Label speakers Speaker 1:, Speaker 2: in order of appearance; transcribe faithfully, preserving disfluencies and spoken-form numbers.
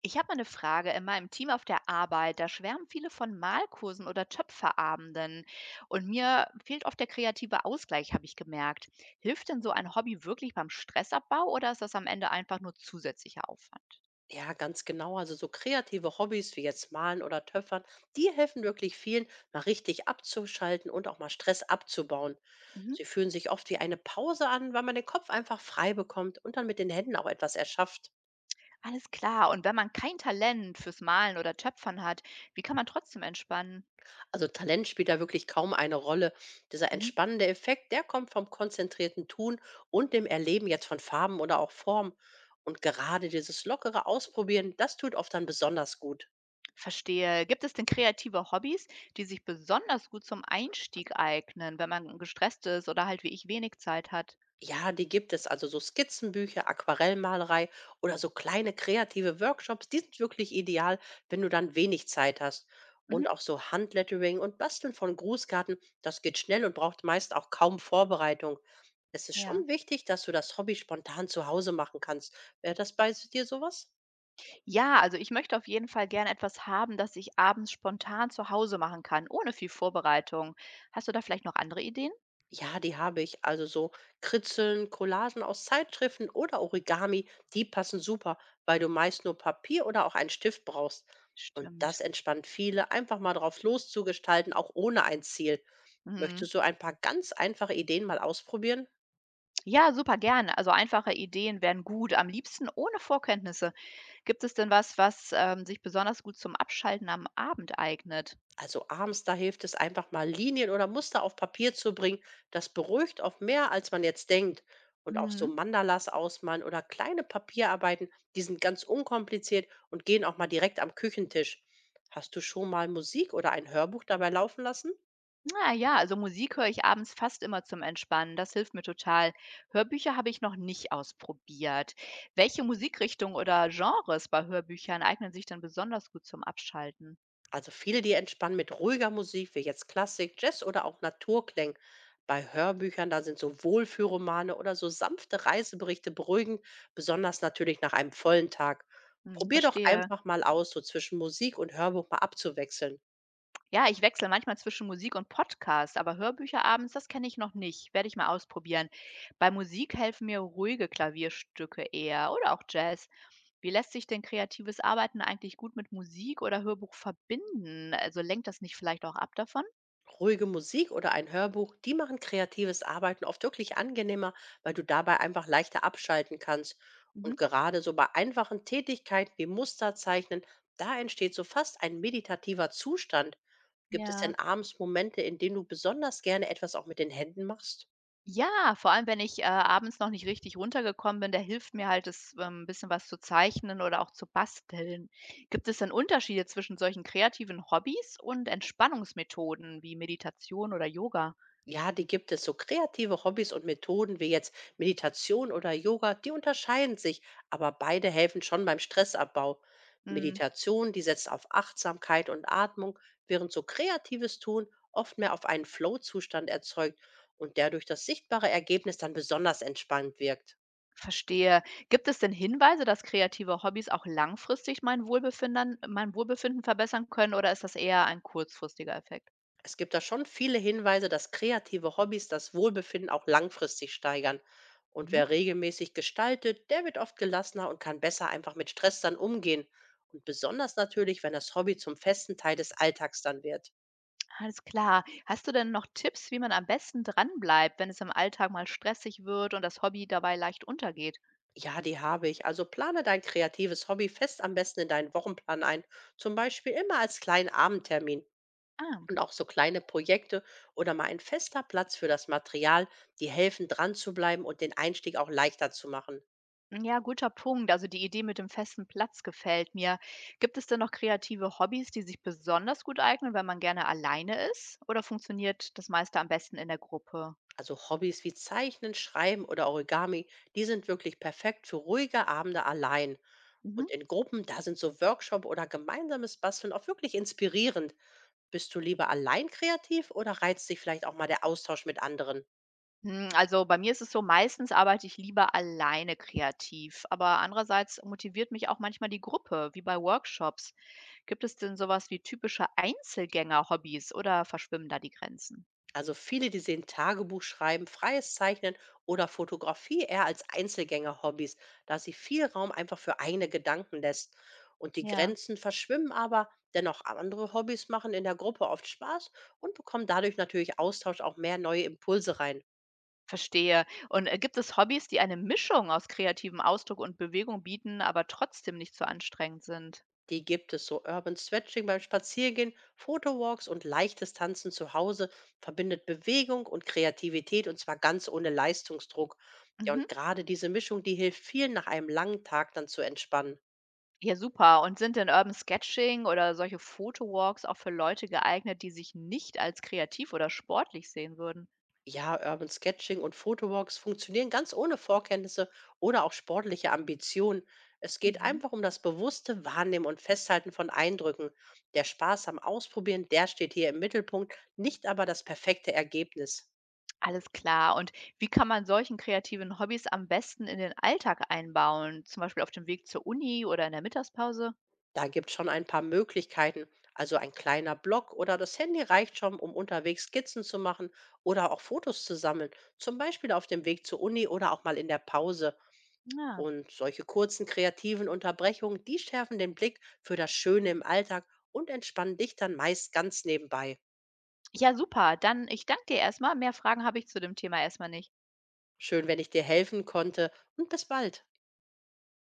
Speaker 1: Ich habe mal eine Frage. In meinem Team auf der Arbeit, da schwärmen viele von Malkursen oder Töpferabenden. Und mir fehlt oft der kreative Ausgleich, habe ich gemerkt. Hilft denn so ein Hobby wirklich beim Stressabbau oder ist das am Ende einfach nur zusätzlicher Aufwand?
Speaker 2: Ja, ganz genau. Also so kreative Hobbys wie jetzt Malen oder Töpfern, die helfen wirklich vielen, mal richtig abzuschalten und auch mal Stress abzubauen.
Speaker 1: Mhm.
Speaker 2: Sie fühlen sich oft wie eine Pause an, weil man den Kopf einfach frei bekommt und dann mit den Händen auch etwas erschafft.
Speaker 1: Alles klar. Und wenn man kein Talent fürs Malen oder Töpfern hat, wie kann man trotzdem entspannen?
Speaker 2: Also Talent spielt da wirklich kaum eine Rolle. Dieser
Speaker 1: Mhm.
Speaker 2: entspannende Effekt, der kommt vom konzentrierten Tun und dem Erleben jetzt von Farben oder auch Formen. Und gerade dieses lockere Ausprobieren, das tut oft dann besonders gut.
Speaker 1: Verstehe. Gibt es denn kreative Hobbys, die sich besonders gut zum Einstieg eignen, wenn man gestresst ist oder halt wie ich wenig Zeit hat?
Speaker 2: Ja, die gibt es. Also so Skizzenbücher, Aquarellmalerei oder so kleine kreative Workshops, die sind wirklich ideal, wenn du dann wenig Zeit hast. Und
Speaker 1: Mhm.
Speaker 2: auch so Handlettering und Basteln von Grußkarten, das geht schnell und braucht meist auch kaum Vorbereitung. Es ist
Speaker 1: Ja.
Speaker 2: schon wichtig, dass du das Hobby spontan zu Hause machen kannst. Wäre das bei dir sowas?
Speaker 1: Ja, also ich möchte auf jeden Fall gerne etwas haben, das ich abends spontan zu Hause machen kann, ohne viel Vorbereitung. Hast du da vielleicht noch andere Ideen?
Speaker 2: Ja, die habe ich. Also so Kritzeln, Collagen aus Zeitschriften oder Origami, die passen super, weil du meist nur Papier oder auch einen Stift brauchst. Und das
Speaker 1: Stimmt.
Speaker 2: entspannt viele, einfach mal drauf loszugestalten, auch ohne ein Ziel.
Speaker 1: Mhm.
Speaker 2: Möchtest du ein paar ganz einfache Ideen mal ausprobieren?
Speaker 1: Ja, super gerne. Also einfache Ideen wären gut, am liebsten ohne Vorkenntnisse. Gibt es denn was, was ähm, sich besonders gut zum Abschalten am Abend eignet?
Speaker 2: Also abends, da hilft es einfach mal Linien oder Muster auf Papier zu bringen. Das beruhigt oft mehr, als man jetzt denkt. Und auch so
Speaker 1: Mhm.
Speaker 2: Mandalas ausmalen oder kleine Papierarbeiten, die sind ganz unkompliziert und gehen auch mal direkt am Küchentisch. Hast du schon mal Musik oder ein Hörbuch dabei laufen lassen?
Speaker 1: Ah ja, also Musik höre ich abends fast immer zum Entspannen. Das hilft mir total. Hörbücher habe ich noch nicht ausprobiert. Welche Musikrichtung oder Genres bei Hörbüchern eignen sich denn besonders gut zum Abschalten?
Speaker 2: Also viele, die entspannen mit ruhiger Musik, wie jetzt Klassik, Jazz oder auch Naturklängen. Bei Hörbüchern, da sind so Wohlfühlromane oder so sanfte Reiseberichte beruhigend, besonders natürlich nach einem vollen Tag.
Speaker 1: Hm,
Speaker 2: Probier doch
Speaker 1: verstehe.
Speaker 2: einfach mal aus, so zwischen Musik und Hörbuch mal abzuwechseln.
Speaker 1: Ja, ich wechsle manchmal zwischen Musik und Podcast, aber Hörbücher abends, das kenne ich noch nicht. Werde ich mal ausprobieren. Bei Musik helfen mir ruhige Klavierstücke eher oder auch Jazz. Wie lässt sich denn kreatives Arbeiten eigentlich gut mit Musik oder Hörbuch verbinden? Also lenkt das nicht vielleicht auch ab davon?
Speaker 2: Ruhige Musik oder ein Hörbuch, die machen kreatives Arbeiten oft wirklich angenehmer, weil du dabei einfach leichter abschalten kannst. Und
Speaker 1: Mhm.
Speaker 2: gerade so bei einfachen Tätigkeiten wie Muster zeichnen, da entsteht so fast ein meditativer Zustand. Gibt es
Speaker 1: Ja.
Speaker 2: denn abends Momente, in denen du besonders gerne etwas auch mit den Händen machst?
Speaker 1: Ja, vor allem, wenn ich, äh, abends noch nicht richtig runtergekommen bin, da hilft mir halt das, ähm, ein bisschen was zu zeichnen oder auch zu basteln. Gibt es denn Unterschiede zwischen solchen kreativen Hobbys und Entspannungsmethoden wie Meditation oder Yoga?
Speaker 2: Ja, die gibt es. So kreative Hobbys und Methoden wie jetzt Meditation oder Yoga, die unterscheiden sich, aber beide helfen schon beim Stressabbau.
Speaker 1: Hm,
Speaker 2: Meditation, die setzt auf Achtsamkeit und Atmung, während so kreatives Tun oft mehr auf einen Flow-Zustand erzeugt und der durch das sichtbare Ergebnis dann besonders entspannt wirkt.
Speaker 1: verstehe. Gibt es denn Hinweise, dass kreative Hobbys auch langfristig mein Wohlbefindern mein Wohlbefinden verbessern können oder ist das eher ein kurzfristiger Effekt?
Speaker 2: Es gibt da schon viele Hinweise, dass kreative Hobbys das Wohlbefinden auch langfristig steigern. Und
Speaker 1: Mhm.
Speaker 2: wer regelmäßig gestaltet, der wird oft gelassener und kann besser einfach mit Stress dann umgehen. Und besonders natürlich, wenn das Hobby zum festen Teil des Alltags dann wird.
Speaker 1: Alles klar. Hast du denn noch Tipps, wie man am besten dranbleibt, wenn es im Alltag mal stressig wird und das Hobby dabei leicht untergeht?
Speaker 2: Ja, die habe ich. Also plane dein kreatives Hobby fest am besten in deinen Wochenplan ein. Zum Beispiel immer als kleinen Abendtermin.
Speaker 1: Ah,
Speaker 2: Und auch so kleine Projekte oder mal ein fester Platz für das Material, die helfen dran zu bleiben und den Einstieg auch leichter zu machen.
Speaker 1: hm, ja, guter Punkt. Also die Idee mit dem festen Platz gefällt mir. Gibt es denn noch kreative Hobbys, die sich besonders gut eignen, wenn man gerne alleine ist? Oder funktioniert das meiste am besten in der Gruppe?
Speaker 2: Also Hobbys wie Zeichnen, Schreiben oder Origami, die sind wirklich perfekt für ruhige Abende allein.
Speaker 1: Mhm.
Speaker 2: Und in Gruppen, da sind so Workshop oder gemeinsames Basteln auch wirklich inspirierend. Bist du lieber allein kreativ oder reizt dich vielleicht auch mal der Austausch mit anderen?
Speaker 1: Hm, also bei mir ist es so, meistens arbeite ich lieber alleine kreativ, aber andererseits motiviert mich auch manchmal die Gruppe, wie bei Workshops. Gibt es denn sowas wie typische Einzelgänger-Hobbys oder verschwimmen da die Grenzen?
Speaker 2: Also viele, die sehen Tagebuch schreiben, freies Zeichnen oder Fotografie eher als Einzelgänger-Hobbys, da sie viel Raum einfach für eigene Gedanken lässt. Und die
Speaker 1: Ja.
Speaker 2: Grenzen verschwimmen aber, denn auch andere Hobbys machen in der Gruppe oft Spaß und bekommen dadurch natürlich Austausch auch mehr neue Impulse rein.
Speaker 1: Verstehe. Und, äh, gibt es Hobbys, die eine Mischung aus kreativem Ausdruck und Bewegung bieten, aber trotzdem nicht zu anstrengend sind?
Speaker 2: Die gibt es so. Urban Stretching beim Spaziergehen, Photowalks und leichtes Tanzen zu Hause verbindet Bewegung und Kreativität und zwar ganz ohne Leistungsdruck. Ja,
Speaker 1: Mhm.
Speaker 2: und gerade diese Mischung, die hilft vielen nach einem langen Tag dann zu entspannen.
Speaker 1: Ja, super. Und sind denn Urban Sketching oder solche Photowalks auch für Leute geeignet, die sich nicht als kreativ oder sportlich sehen würden?
Speaker 2: Ja, Urban Sketching und Photowalks funktionieren ganz ohne Vorkenntnisse oder auch sportliche Ambitionen. Es geht
Speaker 1: Mhm.
Speaker 2: einfach um das bewusste Wahrnehmen und Festhalten von Eindrücken. Der Spaß am Ausprobieren, der steht hier im Mittelpunkt, nicht aber das perfekte Ergebnis.
Speaker 1: Alles klar. Und wie kann man solchen kreativen Hobbys am besten in den Alltag einbauen, zum Beispiel auf dem Weg zur Uni oder in der Mittagspause?
Speaker 2: Da gibt's schon ein paar Möglichkeiten. Also ein kleiner Block oder das Handy reicht schon, um unterwegs Skizzen zu machen oder auch Fotos zu sammeln. Zum Beispiel auf dem Weg zur Uni oder auch mal in der Pause.
Speaker 1: Ja.
Speaker 2: Und solche kurzen kreativen Unterbrechungen, die schärfen den Blick für das Schöne im Alltag und entspannen dich dann meist ganz nebenbei.
Speaker 1: Ja, super. Dann ich danke dir erstmal. Mehr Fragen habe ich zu dem Thema erstmal nicht.
Speaker 2: Schön, wenn ich dir helfen konnte und bis bald.